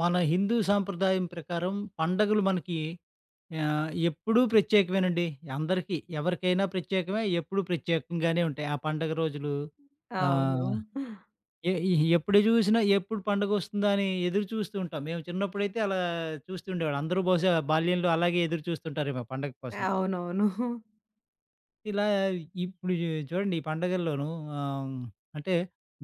మన హిందూ సాంప్రదాయం ప్రకారం పండగలు మనకి ఎప్పుడూ ప్రత్యేకమేనండి. అందరికీ ఎవరికైనా ప్రత్యేకమే. ఎప్పుడూ ప్రత్యేకంగానే ఉంటాయి. ఆ పండగ రోజులు అవును. ఆహ్, ఎ ఎప్పుడు చూసినా ఎప్పుడు పండగొస్తుందా అని ఎదురు చూస్తూ ఉంటాం. మేము చిన్నప్పుడైతే అలా చూస్తుండేవాళ్ళం. అందరూ బహుశా బాల్యంలో అలాగే ఎదురు చూస్తుంటారేమో పండగ కోసం. అవునవును. ఇలా ఇప్పుడు చూడండి, ఈ పండగల్లోనూ ఆహ్, అంటే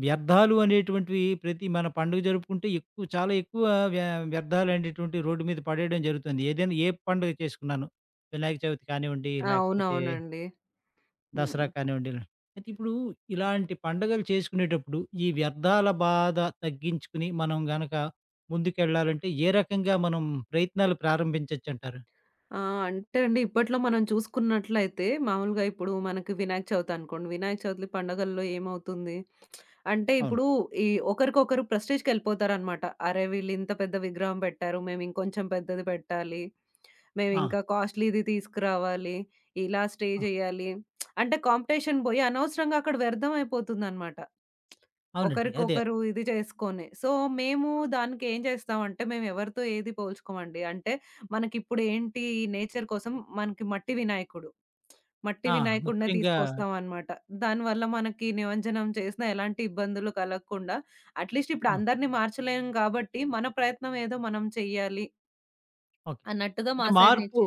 వ్యర్థాలు అనేటువంటివి ప్రతి మన పండుగ జరుపుకుంటే ఎక్కువ, చాలా ఎక్కువ వ్య వ్యర్థాలు అనేటువంటివి రోడ్డు మీద పడేయడం జరుగుతుంది. ఏదైనా ఏ పండుగ చేసుకున్నాను. వినాయక చవితి కానివ్వండి, లేకపోతే అవునవునండి. దసరా హ్మ్. కానివ్వండి. అయితే ఇప్పుడు ఇలాంటి పండుగలు చేసుకునేటప్పుడు ఈ వ్యర్థాల బాధ తగ్గించుకుని మనం గనక ముందుకెళ్ళాలంటే ఏ రకంగా మనం ప్రయత్నాలు ప్రారంభించొచ్చంటారు? ఆ! అంటే అండి ఇప్పట్లో మనం చూసుకున్నట్లయితే మామూలుగా ఇప్పుడు మనకి వినాయక చవితి అనుకోండి. వినాయక చవితి పండగల్లో ఏమవుతుంది? అంటే అవును. ఇప్పుడు ఈ ఒకరికొకరు ప్రెస్టీజ్‌కెళ్ళిపోతారనమాట. అరే! వీళ్ళు ఇంత పెద్ద విగ్రహం పెట్టారు. మేము ఇంకొంచెం పెద్దది పెట్టాలి. మేము ఆ! ఇంకా కాస్ట్‌లీది తీసుకురావాలి. ఇలా ఆ! స్టేజేయాలి. అంటే కాంపిటీషన్ పోయి అనవసరంగా అక్కడ వ్యర్థం అయిపోతుందనమాట. అవునండి. అదే. ఒకరికొకరు ఇది చేసుకొని. సో, మేము దానికేం చేస్తామంటే, మేమెవరితో ఏది పోల్చుకోమండి. అంటే, మనకిప్పుడు ఏంటి నేచర్ కోసం మనకి మట్టి వినాయకుడు. మట్టి ఆ! వినాయకుడినే ముఖ్యంగా. తీసుకొస్తామనమాట. దానివల్ల మనకి నిమజ్జనం చేసినా ఎలాంటి ఇబ్బందులు కలగకుండా, అట్‌లీస్ట్ ఇప్పుడు ఆ! అందరిని మార్చలేం కాబట్టి, మన ప్రయత్నం ఏదో మనం చెయ్యాలి ఓకే. అన్నట్టుగా మా అంటే సైడ్ మార్పు, నుంచి.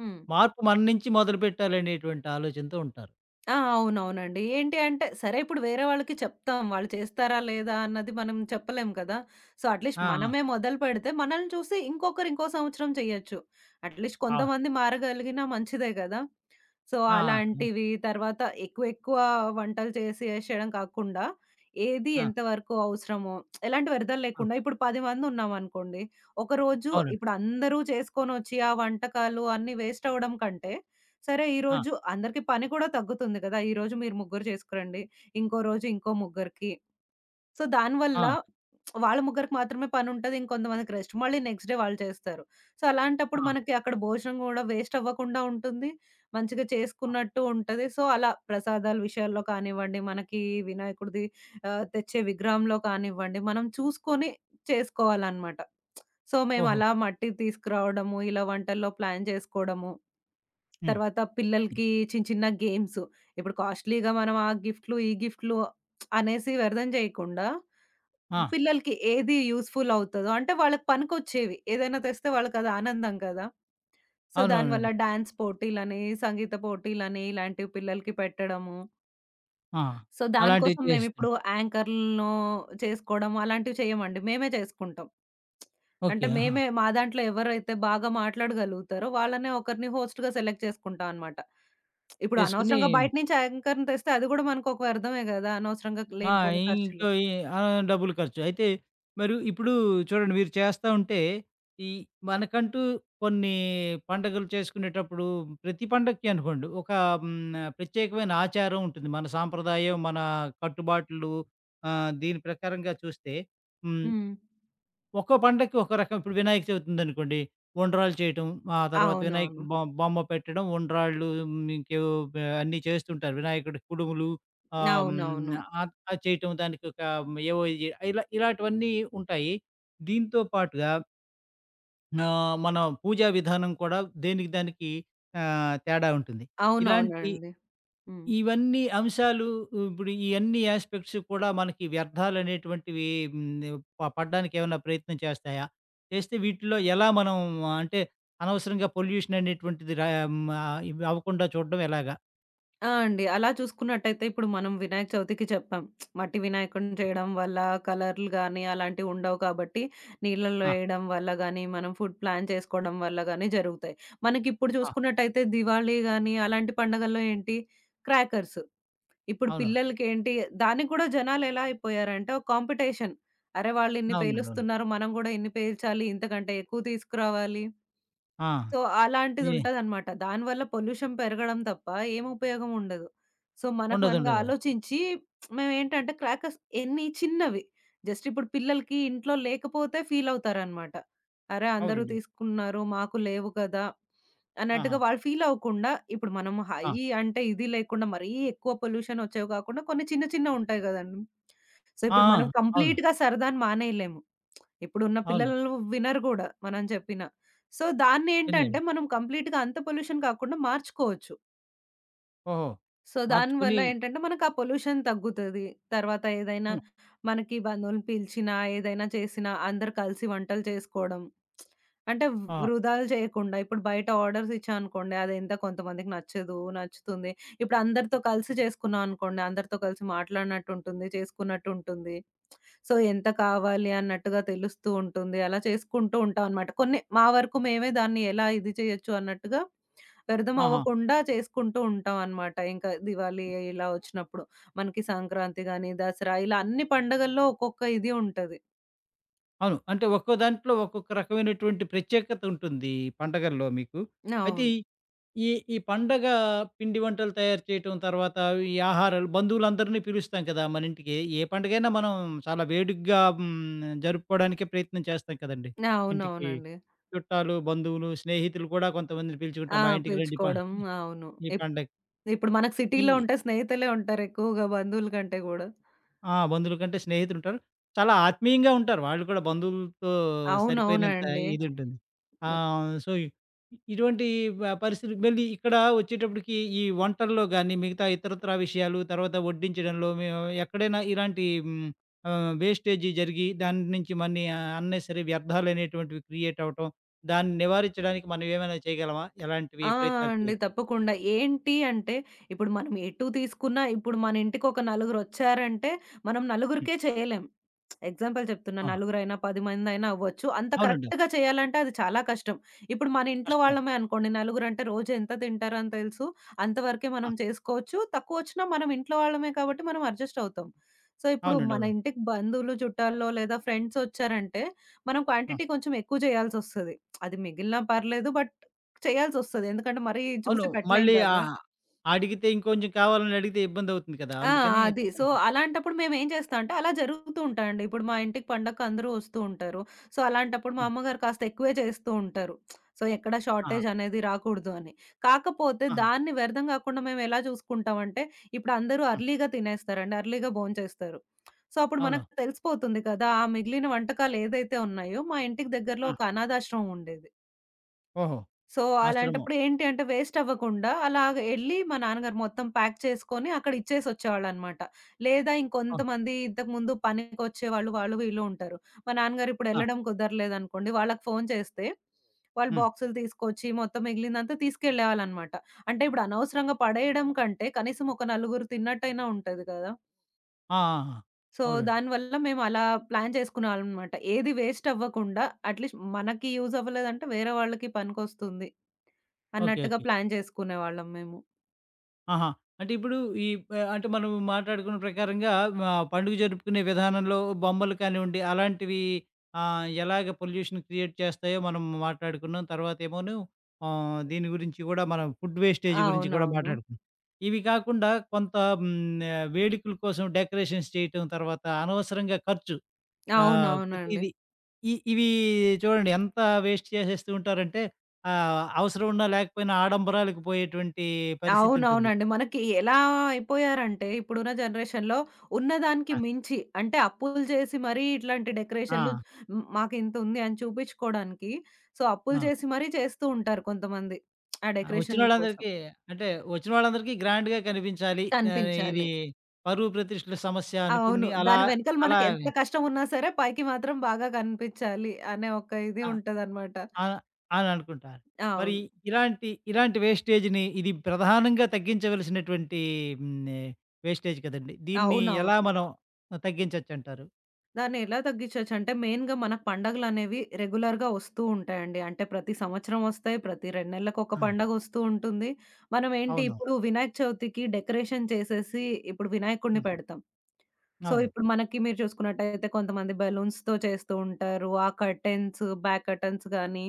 హ్మ్. మార్పు మన నుంచి మొదలుపెట్టాలనేటువంటి ఆలోచనతో ఉంటారు. ఆ! అవునవునండి. ఏంటి అంటే, సరే ఇప్పుడు వేరే వాళ్ళకి చెప్తాం. వాళ్ళు చేస్తారా లేదా అన్నది మనం చెప్పలేం కదా! సో, అట్‌లీస్ట్ ఆ! మనమే మొదలుపెడితే మనల్ని చూసి ఇంకొకరు ఇంకో సంవత్సరం చేయొచ్చు. అట్‌లీస్ట్ ఆ! కొంతమంది మారగలిగినా మంచిదే కదా! సో, ఆ! ఆ! హ్మ్. అలాంటివి తర్వాత ఎక్కువ ఎక్కువ వంటలు చేసేసేయడం కాకుండా, ఏది ఆ! ఎంతవరకు అవసరమో ఎలాంటి వ్యర్థాలు ఆ! లేకుండా ఇప్పుడు 10 మందున్నామనుకోండి. ఒకరోజు అవునండి. ఇప్పుడు అందరూ చేసుకొనొచ్చి ఆ వంటకాలు అన్నీ వేస్ట్ అవ్వడం కంటే సరే ఆ! ఈరోజు అందరికి పని కూడా తగ్గుతుంది కదా! ఈరోజు మీరు ముగ్గురు చేసుకురండి. ఇంకో రోజు ఇంకో ముగ్గురికి. సో, ఆ! దానివల్ల వాళ్ళ ముగ్గురికి మాత్రమే పనుంటది. ఇంకొంతమందికి రెస్ట్. మళ్ళీ నెక్స్ట్ డే వాళ్ళు చేస్తారు. సో, ఆ! అలాంటప్పుడు మనకి అక్కడ భోజనం గూడా వేస్ట్ అవ్వకుండా ఉంటుంది. మంచిగా ఆ! చేసుకున్నట్టు ఉంటది. సో, అలా ప్రసాదాల విషయాల్లో కానివ్వండి, మనకి వినాయకుడిది తెచ్చే విగ్రహంలో కానివ్వండి, మనం చూసుకొని చేసుకోవాలనమాట. సో, ఓహో! మేమలా మట్టి తీసుకురావడము, ఇలా వంటల్లో ప్లాన్ చేసుకోవడము. హ్మ్. తర్వాత పిల్లలకి చిన్న చిన్న గేమ్స్. ఇప్పుడు కాస్ట్‌లీగా మనం ఆ గిఫ్ట్‌లు, ఈ గిఫ్ట్‌లు అనేసి వ్యర్థం చేయకుండా, ఆ! పిల్లలకి ఏది యూజ్‌ఫుల్ అవుతదో అంటే వాళ్ళకి పనికొచ్చేవి. ఏదైనా తెస్తే వాళ్ళకది ఆనందం కదా! సో, దానివల్ల అవునవునండి. డాన్స్ పోటీలని, సంగీత పోటీలని ఇలాంటివి పిల్లలకి పెట్టడము. ఆ! సో, అలాంటివి దానికోసం మేమిప్పుడు చేస్తుంటారు. యాంకర్‌లను చేసుకోవడం అలాంటివి చేయమండి. మేమే చేసుకుంటాం. ఓకే. అంటే ఆహా! మేమే మా దాంట్లో ఎవరైతే బాగా మాట్లాడగలుగుతారో వాళ్ళనే ఒకరిని హోస్ట్‌గా సెలెక్ట్ చేసుకుంటాం అన్నమాట. ఇప్పుడు చేసుకొని. అనవసరంగా బయట నుంచి యాంకర్‌ని తెస్తే అది గూడా మనకొక వ్యర్థమే గదా! అనవసరంగా ఆ! లేనిపోని ఖర్చులు. ఇంకో ఆ! డబ్బులు ఖర్చు. అయితే మరి ఇప్పుడు చూడండి, మీరు చేస్తా ఉంటే, ఈ మనకంటూ కొన్ని పండగలు చేసుకునేటప్పుడు ప్రతి పండక్కి అనుకోండి ఒక ప్రత్యేకమైన ఆచారం ఉంటుంది. మన సాంప్రదాయం, మన కట్టుబాట్లు దీని ప్రకారంగా చూస్తే. హ్మ్. హ్మ్. ఒక్కో పండక్కి ఒక రకం, ఇప్పుడు వినాయక చవితి ఉందనుకోండి. ఉండ్రాళ్ళు చేయటం, ఆ తర్వాత అవునవును. వినాయకుడి బొమ్మ పెట్టడం, ఉండ్రాళ్ళు, ఇంకేవో అన్నీ చేస్తుంటారు. వినాయకుడి కుడుములు. హ్మ్. అవునవును. అది చేయటం, దానికి ఒక ఏవో ఇలా ఇలాంటివన్నీ ఉంటాయి. దీంతో పాటుగా మన పూజా విధానం కూడా దేనికి దానికి తేడా ఉంటుంది. ఇలాంటి అవునవునండి. హ్మ్. ఇవన్నీ అంశాలు, ఇప్పుడు ఈ అన్ని యాస్పెక్ట్స్ కూడా మనకి వ్యర్థాలనేటువంటివి హ్మ్. పడడానికి ఏమన్నా ప్రయత్నం చేస్తాయా? చేస్తే వీటిలో ఎలా మనం, అంటే అనవసరంగా పొల్యూషన్ అనేటువంటిది ఇవి అవ్వకుండా చూడడం ఎలాగా? ఆ! అండి. అలా చూసుకున్నట్టయితే ఇప్పుడు మనం వినాయక చవితికి చెప్పాం. మట్టి వినాయకుడిని చేయడం వల్ల కలర్‌లు గానీ అలాంటివి ఉండవు కాబట్టి, నీళ్ళల్లో ఆ! ఏయడం వల్ల గానీ, మనం ఫుడ్ ప్లాన్ చేసుకోవడం వల్ల గానీ జరుగుతాయి. మనకిప్పుడు ఆ! చూసుకున్నట్టయితే దివాళీ గానీ, అలాంటి పండగల్లో ఏంటి క్రాకర్స్. ఇప్పుడు అవును. పిల్లలకేంటి దానికి కూడా జనాలెలా అయిపోయారంటే ఒక కాంపిటీషన్. అరే! వాళ్ళిన్ని అవునండి. అవును. పేలుస్తున్నారు. మనం గూడా ఇన్ని పేల్చాలి. ఇంతకంటే ఎక్కువ తీసుకురావాలి. ఆ! సో, ఏ అలాంటిదుంటదనమాట. దానివల్ల పొల్యూషన్ పెరగడం తప్ప ఏం ఉపయోగం ఉండదు. సో, మనకు ఉండదు. మనంగా ఉండదు. ఆలోచించి మేమేంటంటే క్రాకర్స్ ఎన్ని చిన్నవి జస్ట్ ఇప్పుడు పిల్లలకి ఇంట్లో లేకపోతే ఫీలవుతారనమాట. అరే! అందరూ అవునండి. తీసుకున్నారు, మాకు లేవు కదా! ఆహా! అన్నట్టుగా వాళ్ళు ఫీలవ్వకుండా ఇప్పుడు మనం హై ఆ! అంటే ఇది లేకుండా మరీ ఎక్కువ పొల్యూషన్ వచ్చేవి కాకుండా కొన్ని చిన్న చిన్నవుంటాయి గదండీ! సో, ఆ! ఇప్పుడు మనం ఆ! అవును. కంప్లీట్‌గా సరదాని మానేయలేము. ఇప్పుడున్న అవును. పిల్లలు వినరు గూడా మనం చెప్పినా. సో, విన్నాను. దాన్నేంటంటే మనం కంప్లీట్‌గా అంత పొల్యూషన్ కాకుండా మార్చుకోవచ్చు. ఓహో! సో, మార్చుకుని. దానివల్ల ఏంటంటే మనకు ఆ పొల్యూషన్ తగ్గుతది. తర్వాత ఏదైనా హ్మ్. మనకి బంధువులను పిలిచినా, ఏదైనా చేసినా అందరూ కలిసి వంటలు చేసుకోవడం. అంటే ఆ! వృధాలు చేయకుండా ఇప్పుడు బయట ఆర్డర్స్ ఇచ్చామనుకోండి అదెంత కొంతమందికి నచ్చదు, నచ్చుతుంది. ఇప్పుడు అందరితో కలిసి చేసుకున్నాం అనుకోండి అందరితో కలిసి మాట్లాడినట్టుంటుంది, చేసుకున్నట్టుంటుంది. సో, ఎంత కావాలి అన్నట్టుగా తెలుస్తూ ఉంటుంది. అలా చేసుకుంటూ ఉంటామనమాట. కొన్ని మా వరకు మేమే దాన్ని ఎలా ఇది చేయొచ్చు అన్నట్టుగా వ్యర్థం ఆహా! అవ్వకుండా చేసుకుంటూ ఉంటామనమాట. ఇంకా దివాళీ ఇలా వచ్చినప్పుడు. మనకి సంక్రాంతి గాని, దసరా ఇలా అన్ని పండగల్లో ఒక్కొక్క ఇది ఉంటది. అవును. అంటే ఒక్కో దాంట్లో ఒక్కొక్క రకమైనటువంటి ప్రత్యేకత ఉంటుంది పండగల్లో మీకు. అయితే ఈ అవును. ఈ ఈ పండగ పిండి వంటలు తయారు చేయటం, తర్వాత ఈ ఆహారాలు, బంధువులందరినీ పిలుస్తాం కదా మన ఇంటికి. ఏ పండగైనా మనం చాలా వేడుగ్గా జరుపుకోవడానికే ప్రయత్నం చేస్తాం కదండీ! ఇంటికి అవునవునండి. చుట్టాలు, బంధువులు, స్నేహితులు కూడా కొంతమందిని ఆ! పిలుచుకుంటాం. మా ఇంటికి రండి, పిలుచుకోవడం. అవును. ఈ ఇప్ పండగకి. ఇప్పుడు మనకు సిటీలో ఉంటే స్నేహితులే ఉంటారు ఎక్కువగా బంధువుల కంటే గూడా. ఆ! బంధువుల కంటే స్నేహితులుంటారు. చాలా ఆత్మీయంగా ఉంటారు. వాళ్ళు కూడా బంధువులతో సరిపోయినంత అవునవునండి. ఇదుంటుంది. సో, ఇటువంటి పరిస్థితి మళ్ళీ ఇక్కడ వచ్చేటప్పటికి, ఈ వంటల్లో గానీ, మిగతా ఇతరత్రా విషయాలు, తర్వాత వడ్డించడంలో మేము ఎక్కడైనా ఇలాంటి వేస్టేజ్ జరిగి, దాని నుంచి మన్ని అన్నెసరీ వ్యర్థాలనేటువంటివి క్రియేట్ అవ్వటం, దాన్ని నివారించడానికి మనం ఏమైనా చేయగలమా? ఎలాంటివి ఆ! ప్రయత్నాలు అండి. చేయొచ్చు? తప్పకుండా. ఏంటి అంటే, ఇప్పుడు మనం ఎటు తీసుకున్నా ఇప్పుడు మన ఇంటికొక నలుగురొచ్చారంటే, మనం హ్మ్. నలుగురికే చేయలేం. ఎగ్జాంపుల్ చెప్తున్నా. ఆ! నలుగురైనా, 10 మందైనా అవ్వచ్చు. అంత అవునండి. కరెక్ట్‌గా చేయాలంటే అది చాలా కష్టం. ఇప్పుడు మన ఇంట్లో కష్టమే. వాళ్ళమే అనుకోండి. నలుగురంటే రోజు ఎంత తింటారో అని తెలుసు. అంతవరకే ఆ! మనం చేసుకోవచ్చు. తక్కువొచ్చినా మనం ఇంట్లో వాళ్ళమే కాబట్టి మనం అడ్జస్ట్ అవుతాం. సో, ఇప్పుడు అవునండి. మన అవునండి. ఇంటికి బంధువులు, చుట్టాల్లో లేదా ఫ్రెండ్సొచ్చారంటే, మనం ఆ! క్వాంటిటీ కొంచెం ఎక్కువ చేయాల్సొస్తది. అది మిగిలినా పర్లేదు. బట్ చేయాల్సొస్తది. ఎందుకంటే మరీ అవును. చూసి పెట్టలేం మళ్ళీ కదా! అడిగితే ఇంకొంచెం కావాలని అడిగితే ఇబ్బందవుతుంది కదా! ఆ! అందుకని అది. సో, తప్పనిసరి. అలాంటప్పుడు మేమేం చేస్తా అంటే అలా జరుగుతూ ఉంటాయండి. ఇప్పుడు మా ఇంటికి పండగకి అందరూ వస్తూ ఉంటారు. సో, అలాంటప్పుడు మా ఆ! అమ్మగారు కాస్త ఎక్కువే చేస్తూ ఉంటారు. సో, ఎక్కడ ఆహా! షార్టేజ్ అనేది రాకూడదు అని. కాకపోతే ఆహా! దాన్ని వ్యర్థం గాకుండా మేమెలా చూసుకుంటామంటే ఇప్పుడు అందరూ ఆ! అర్లీగా తినేస్తారండి. అర్లీగా భోంచేస్తారు. సో, అప్పుడు అవును. మనకు తెలిసిపోతుంది కదా! ఆ మిగిలిన వంటకాలేదైతే ఉన్నాయో మా ఇంటికి దగ్గరలో ఆ! ఒక అనాథాశ్రమం ఉండేది. ఓహో! సో, ఆశ్రమం. అలాంటప్పుడు ఏంటి అంటే వేస్ట్ అవ్వకుండా అలాగ ఎళ్లి మా నాన్నగారు మొత్తం ప్యాక్ చేసుకొని అక్కడ ఇచ్చేసొచ్చేవాళ్ళనమాట. లేదా ఆ! ఇంకొంతమంది ఇంతకుముందు పనికొచ్చేవాళ్ళు వాళ్ళు వాళ్ళు వీళ్ళు ఉంటారు. మా నాన్నగారు ఇప్పుడు ఆ! ఎళ్ళడం కుదరలేదనుకోండి వాళ్ళకి ఫోను చేస్తే వాళ్ళు హ్మ్. బాక్సులు తీసుకొచ్చి మొత్తం మిగిలిందంతా తీసుకెళ్ళేవాళ్ళనమాట. అంటే ఇప్పుడు అనవసరంగా పడేయడం కంటే కనీసం ఒక నలుగురు తిన్నట్టైనా ఉంటది కదా! ఆ! ఆ! ఆ! సో, అవునండి. దానివల్ల మేము అలా ప్లాన్ చేసుకునేవాళ్ళమనమాట. ఏది వేస్ట్ అవ్వకుండా అట్‌లీస్ట్ మనకి యూజ్ అవ్వలేదంటే వేరే వాళ్ళకి పనికొస్తుంది. ఓకే. అన్నట్టుగా ఓకే. ప్లాన్ చేసుకునేవాళ్ళం మేము. ఆహా! అంటే ఇప్పుడు ఈ అంటే మనం మాట్లాడుకున్న ప్రకారంగా పండుగ జరుపుకునే విధానంలో బొమ్మలు కానివ్వండి, అలాంటివి ఎలాగ పొల్యూషన్ క్రియేట్ చేస్తాయో మనం మాట్లాడుకున్నాం. తర్వాతేమోను దీని గురించి గూడా మనం ఫుడ్ వేస్టేజ్ గురించి కూడా అవునవును. మాట్లాడుకున్నాం. ఇవి కాకుండా కొంత హ్మ్, వేడుకల కోసం డెకరేషన్స్ చేయటం, తర్వాత అనవసరంగా ఖర్చు. అవునవునండి. ప్రతీది ఇవి చూడండి, ఎంత వేస్ట్ చేసేస్తూ ఉంటారంటే, అవసరం ఉన్నా లేకపోయినా ఆడంబరాలకు పోయేటువంటి పరిస్థితుంటుంది. అవునవునండి. మనకి ఎలా అయిపోయారంటే ఇప్పుడున్న జనరేషన్‌లో ఉన్నదానికి ఆ! మించి అంటే అప్పులు చేసి మరీ ఇట్లాంటి డెకరేషన్‌లు ఆ! హ్మ్, మాకింతుంది అని చూపించుకోవడానికి సో, అప్పులు చేసి మరీ చేస్తూ ఉంటారు కొంతమంది. ఆ ఆ! డెకరేషన్‌ల కోసం. అంటే, వచ్చిన వాళ్ళందరికీ గ్రాండ్‌గా కనిపించాలి. ఇది కనిపించాలి. పరువు ప్రతిష్టల సమస్య అవును. అనుకుని అలా. దాని వెనకాల అలా. మనకి ఎంత కష్టం ఉన్నా సరే పైకి మాత్రం బాగా కనిపించాలి అనే ఒక ఇది ఆ! ఉంటదన్నమాట. ఆ! అని అనుకుంటారు. మరి అవును. ఇలాంటి వేస్టేజ్‌ని, ఇది ప్రధానంగా తగ్గించవలసినటువంటి హ్మ్, ఆహ్, వేస్టేజ్ కదండీ. దీన్ని ఎలా అవునవును. మనం తగ్గించొచ్చంటారు? దాన్ని ఎలా తగ్గించొచ్చు అంటే, మెయిన్‌గా మనకు పండగలనేవి రెగ్యులర్‌గా వస్తూ ఉంటాయండి. అంటే ప్రతి సంవత్సరం వస్తాయి. ప్రతి 2 నెలలకొక ఆ! పండగొస్తూ ఉంటుంది. మనం ఏంటి అవును. ఇప్పుడు వినాయక చవితికి డెకరేషన్ చేసేసి ఇప్పుడు వినాయకుడిని హ్మ్. పెడతాం. సో, అవును. ఇప్పుడు మనకి మీరు చూసుకున్నట్టయితే కొంతమంది బెలూన్స్‌తో చేస్తూ ఉంటారు. ఆ కర్టెన్స్, బ్యాక్ కర్టెన్స్ గానీ,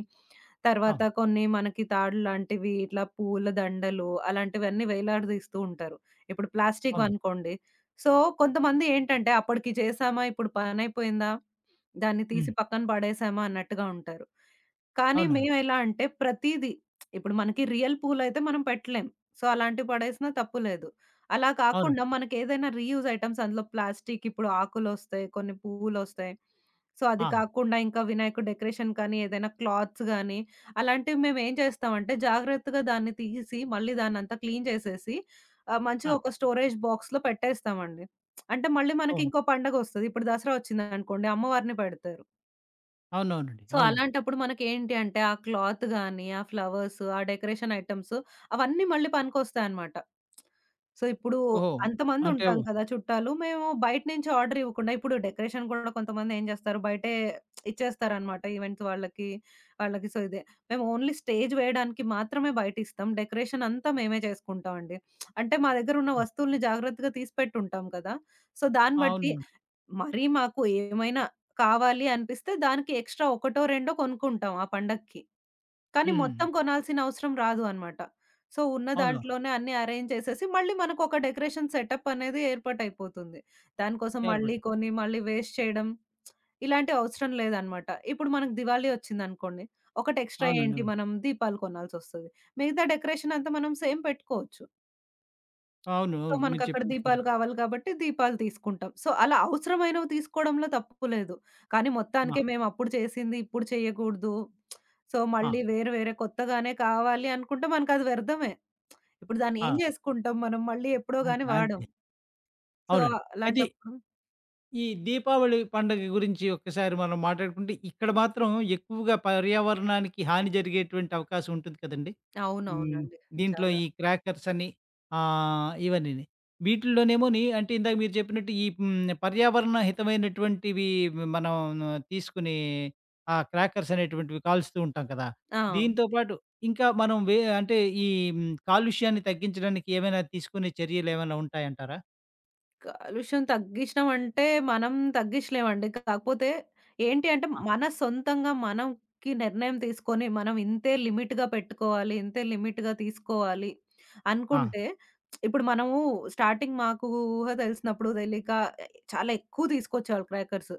తర్వాత అవును. కొన్ని మనకి తాడు లాంటివి ఇట్లా పూల దండలు అలాంటివన్నీ వేలాడదీస్తూ ఉంటారు. ఇప్పుడు అవును. ప్లాస్టిక్‌వనుకోండి. సో, కొంతమంది ఏంటంటే అప్పటికి చేశామా, ఇప్పుడు పనైపోయిందా, దాన్ని హ్మ్. తీసి పక్కన పడేసామా అన్నట్టుగా ఉంటారు. కానీ అవునవును. మేమెలా అంటే ప్రతీదీ ఇప్పుడు మనకి రియల్ పూలయితే మనం పెట్టలేం. సో, అలాంటివి పడేసినా తప్పు లేదు. అలా కాకుండా అవునండి. మనకేదైనా రీయూజ్ ఐటెమ్స్ అందులో ప్లాస్టిక్ ఇప్పుడు ఆకులొస్తాయి, కొన్ని పువ్వులొస్తాయి. సో, అది ఆ! కాకుండా ఇంకా వినాయకుడు డెకరేషన్ కానీ, ఏదైనా క్లాత్స్ గానీ, అలాంటివి మేమేం చేస్తామంటే జాగ్రత్తగా దాన్ని తీసి మళ్ళీ దాన్నంతా క్లీన్ చేసేసి ఆ! మంచిగా ఒక స్టోరేజ్ బాక్స్‌లో పెట్టేస్తామండి. అంటే మళ్ళీ మనకి అవును. ఇంకో పండగొస్తది. ఇప్పుడు దసరా వచ్చిందనుకోండి అమ్మవారిని పెడతారు. అవునవునండి. సో, అవును. అలాంటప్పుడు మనకేంటి అంటే, ఆ క్లాత్ గాని, ఆ ఫ్లవర్స్, ఆ డెకరేషన్ ఐటెమ్స్ అవన్నీ మళ్ళీ పనికొస్తాయనమాట. సో, ఇప్పుడు ఓహో! అంటే. అంతమందుంటాం కదా చుట్టాలు. మేము బయట నుంచి ఆర్డర్ ఇవ్వకుండా ఇప్పుడు డెకరేషన్ కూడా కొంతమందేం జేస్తారు, బయటే ఇచ్చేస్తారనమాట ఈవెంట్స్ వాళ్ళకి, వాళ్ళకి. సో, ఇదే. మేము ఓన్లీ స్టేజ్ వేయడానికి మాత్రమే బయటిస్తాం. డెకరేషన్ అంతా మేమే చేసుకుంటామండి. అంటే మా దగ్గరున్న వస్తువుల్ని జాగ్రత్తగా తీసిపెట్టుంటాం కదా! సో, దాన్ని బట్టి అవును. మరీ మాకు ఏమైనా కావాలి అనిపిస్తే దానికి ఎక్స్‌ట్రా ఒకటో, రెండో కొనుక్కుంటాం ఆ పండక్కి. కానీ హుహు. మొత్తం కొనాల్సిన అవసరం రాదు అనమాట. సో, ఉన్న అవును. దాంట్లోనే అన్నీ అరేంజ్ చేసేసి మళ్ళీ మనకొక డెకరేషన్ సెటప్ అనేది ఏర్పాటయిపోతుంది. దానికోసం మళ్ళీ ఎవరుబట్టి. కొని, మళ్ళీ వేస్ట్ చేయడం ఇలాంటివి అవసరం లేదనమాట. ఇప్పుడు మనకు దివాళీ వచ్చిందనుకోండి. ఒకటి ఎక్స్‌ట్రా అవునండి. ఏంటి అవును. మనం దీపాలు కొనాల్సొస్తది. మిగతా డెకరేషన్ అంతా మనం సేమ్ పెట్టుకోవచ్చు. అవును. సో, అవును. మీరు మనకక్కడ చెప్పింది దీపాలు కరెక్ట్. కావాలి కాబట్టి దీపాలు తీసుకుంటాం. సో, అలా అవసరమైనవి తీసుకోవడంలో తప్పు లేదు. కానీ ఆ! మొత్తానికే మేమప్పుడు చేసింది ఇప్పుడు చేయకూడదు. సో, ఆ! మళ్ళీ వేరే వేరే కొత్తగానే కావాలి అనుకుంటే మనకది వ్యర్థమే. ఇప్పుడు దాన్ని ఆ! ఏం చేసుకుంటాం మనం మళ్ళీ ఎప్పుడో గాని అంతే. వాడం. అంతే. సో, అవునండి. అయితే అలాంటప్పుడు ఈ దీపావళి పండగ గురించి ఒక్కసారి మనం మాట్లాడుకుంటే, ఇక్కడ మాత్రం ఎక్కువగా పర్యావరణానికి హాని జరిగేటువంటి అవకాశం ఉంటుంది కదండీ! హ్మ్. అవునవునండి. దీంట్లో చాలా. ఈ క్రాకర్స్ అని ఇవన్నీని. వీటిల్లోనేమోని, అంటే ఇందాక మీరు చెప్పినట్టు ఈ పర్యావరణ హితమైనటువంటివి మనం తీసుకొని ఆ క్రాకర్స్ అనేటువంటివి కాలుస్తూ ఉంటాం కదా! ఆ! దీంతో పాటు ఇంకా మనం అంటే ఈ కాలుష్యాన్ని తగ్గించడానికి ఏమైనా తీసుకునే చర్యలేమైనా ఉంటాయంటారా? కాలుష్యం తగ్గించడం అంటే, మనం తగ్గించలేమండి. కాకపోతే ఏంటి అంటే, ఆ! మన సొంతంగా మనకి నిర్ణయం తీసుకొని, మనం ఇంతే లిమిట్‌గా పెట్టుకోవాలి, ఇంతే లిమిట్‌గా తీసుకోవాలి ఆ! అనుకుంటే, ఇప్పుడు మనము స్టార్టింగ్ మాకు ఊహ తెలిసినప్పుడు తెలీక చాలా ఎక్కువ తీసుకొచ్చేవాళ్ళు క్రాకర్స్.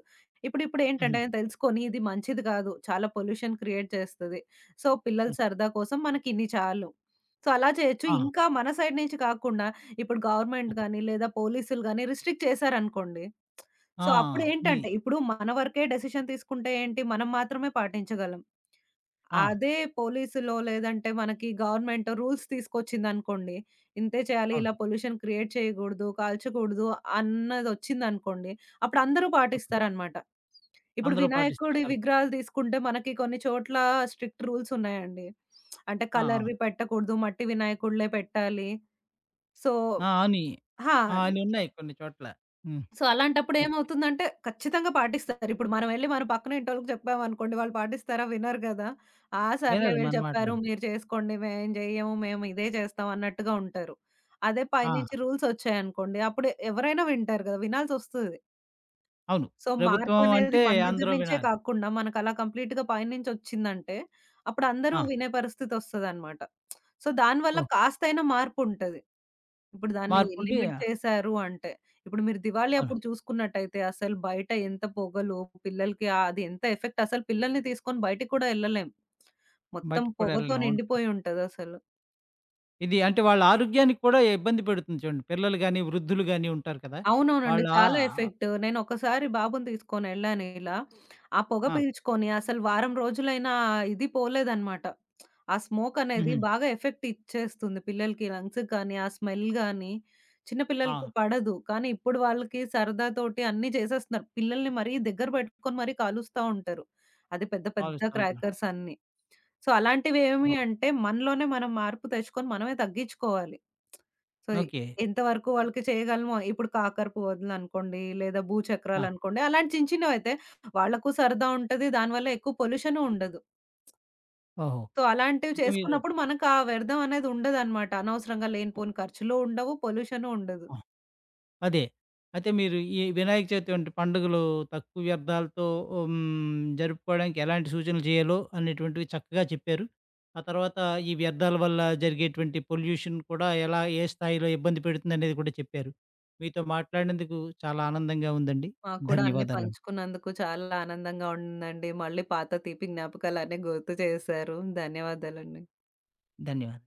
ఇప్పుడు ఇప్పుడు హుహు. ఏంటంటే, తెలుసుకొని ఇది మంచిది కాదు. చాలా పొల్యూషన్ క్రియేట్ చేస్తది. సో, పిల్లల హ్మ్. సరదా కోసం మనకిన్ని చాలు. సో, అలా చేయొచ్చు. ఆ! ఇంకా మన సైడ్ నుంచి కాకుండా ఇప్పుడు గవర్నమెంట్ గాని, లేదా పోలీసులు గాని రిస్ట్రిక్ట్ చేశారనుకోండి. ఆ! సో, ఇది. అప్పుడేంటంటే ఇప్పుడు మన వరకే డెసిషన్ తీసుకుంటే ఏంటి? మనం మాత్రమే పాటించగలం. ఆ! అదే పోలీసులో లేదంటే మనకి గవర్నమెంట్ రూల్స్ తీసుకొచ్చిందనుకోండి. ఇంతే చేయాలి, అవును. ఇలా పొల్యూషన్ క్రియేట్ చేయగూడదు, కాల్చకూడదు అన్నదొచ్చిందనుకోండి. అప్పుడు అందరూ తప్పదు. పాటిస్తారనమాట. ఇప్పుడు అందరూ పాటిస్తారు. వినాయకుడి కరెక్టే. విగ్రహాలు తీసుకుంటే మనకి కొన్ని చోట్ల స్ట్రిక్ట్ రూల్స్ ఉన్నాయండి. అంటే ఆ! ఆ! కలర్‌వి పెట్టకూడదు, మట్టి వినాయకుడిలే పెట్టాలి. సో ఆ! అని. హా! ఆ! అని ఉన్నాయి కొన్ని చోట్ల. హ్మ్. సో, అలాంటప్పుడు కరెక్ట్. ఏమవుతుందంటే ఖచ్చితంగా పాటిస్తారు. ఇప్పుడు మనం ఎళ్లి మన పక్కన ఇంటోళ్ళకి చెప్పామనుకోండి, వాళ్ళు పాటిస్తారా? వినరు గదా! ఆ! సర్లే వినరు, వీళ్ళు మన మాట చెప్పారు వినరు. మీరు చేసుకోండి. మేం జెయ్యము. మేము ఇదే చేస్తాం అన్నట్టుగా ఉంటారు. అదే పైనుంచి ఆ! రూల్సొచ్చాయనుకోండి, అప్పుడు ఎవరైనా వింటారు గదా! వినాల్సొస్తది. అవును. సో, ప్రభుత్వం మార్పనేది అంటే మన దగ్గర అందరూ నించే వినాలి. కాకుండా, మనకలా కంప్లీట్‌గా పైనుంచొచ్చిందంటే, అప్పుడందరూ ఆ! వినే పరిస్థితొస్తదనమాట. సో, దాని వల్ల ఓహ్! కాస్తైనా మార్పుంటది. ఇప్పుడు దాన్ని మార్పుండి. లిమిట్ చేశారు అంటే. ఇప్పుడు మీరు దివాళీ అవును. అప్పుడు చూసుకున్నట్టయితే, అసలు బయట ఎంత పొగలు, పిల్లలకి అది ఎంత ఎఫెక్ట్ అసలు పిల్లల్ని తీసుకొని బయటికి కూడా యెళ్ళలేం. మొత్తం బయటికి కూడా పొగతో వెళ్ళలేము. అవును. కరెక్ట్. నిండిపోయుంటదసలు. ఇది అంటే వాళ్ళ ఆరోగ్యానికి కూడా ఇబ్బంది పెడుతుంది చూడండి. పిల్లలు గాని, వృద్ధులు గాని ఉంటారు కదా! అవునవునండి. వాళ్ళ ఆ. చాలా ఎఫెక్ట్. నేనొకసారి బాబుని తీసుకొనెళ్ళాను ఇలా. ఆ పొగ ఆ! పీల్చుకొని అసలు వారం రోజులైనా ఇది పోలేదనమాట. ఆ స్మోక్ అనేది హుహు. బాగా ఎఫెక్ట్ ఇచ్చేస్తుంది పిల్లలకి. లంగ్స్‌కి గాని, ఆ స్మెల్ గాని చిన్న పిల్లలకి ఆ! పడదు. కానీ ఇప్పుడు వాళ్ళకి సరదాతోటి అన్నీ చేసేస్తున్నారు. పిల్లల్ని మరీ దగ్గర పెట్టుకొని మరీ కాలుస్తా ఉంటారు. అది పెద్ద పెద్ద కాలుస్తూ ఉంటున్నారు. క్రాకర్స్ అన్నీ. సో, అలాంటివేమి ఓహో! అంటే మనలోనే మనం మార్పు తెచ్చుకొని మనమే తగ్గించుకోవాలి. So, okay. ఎంత వరకు అద్ వాళ్ళకి చేయగలమో ఇప్పుడు కాకర పువ్వొదులనుకోండి, లేదా ఆ! భూచక్రాలనుకోండి అలాంటి చిన్న చిన్నవైతే వాళ్ళకు సరదా ఉంటది. దానివల్ల ఎక్కువ పొల్యూషను ఉండదు. ఓహో! సో, అలాంటివి అయితే మీరు. చేసుకున్నప్పుడు మనకు ఆ వ్యర్థం అనేది ఉండదనమాట. అనవసరంగా లేనిపోని ఖర్చులు ఉండవు, పొల్యూషను ఉండదు. అదే. అయితే మీరు ఈ వినాయక చవితి వంటి పండుగలు తక్కువ వ్యర్థాలతో జరుపుకోవడానికి ఎలాంటి సూచనలు చేయాలో అనేటువంటివి చక్కగా చెప్పారు. ఆ తర్వాత ఈ వ్యర్థాల వల్ల జరిగేటువంటి పొల్యూషన్ కూడా ఎలా ఏ స్థాయిలో ఇబ్బంది పెడుతుందనేది కూడా చెప్పారు. మీతో మాట్లాడినందుకు చాలా ఆనందంగా ఉందండి. మాకు కూడా అన్నీ ధన్యవాదాలండి. పంచుకున్నందుకు చాలా ఆనందంగా ఉందండి. మళ్ళీ పాత తీపి జ్ఞాపకాలన్నీ గుర్తు చేశారు. ధన్యవాదాలండి. ధన్యవాదాలు.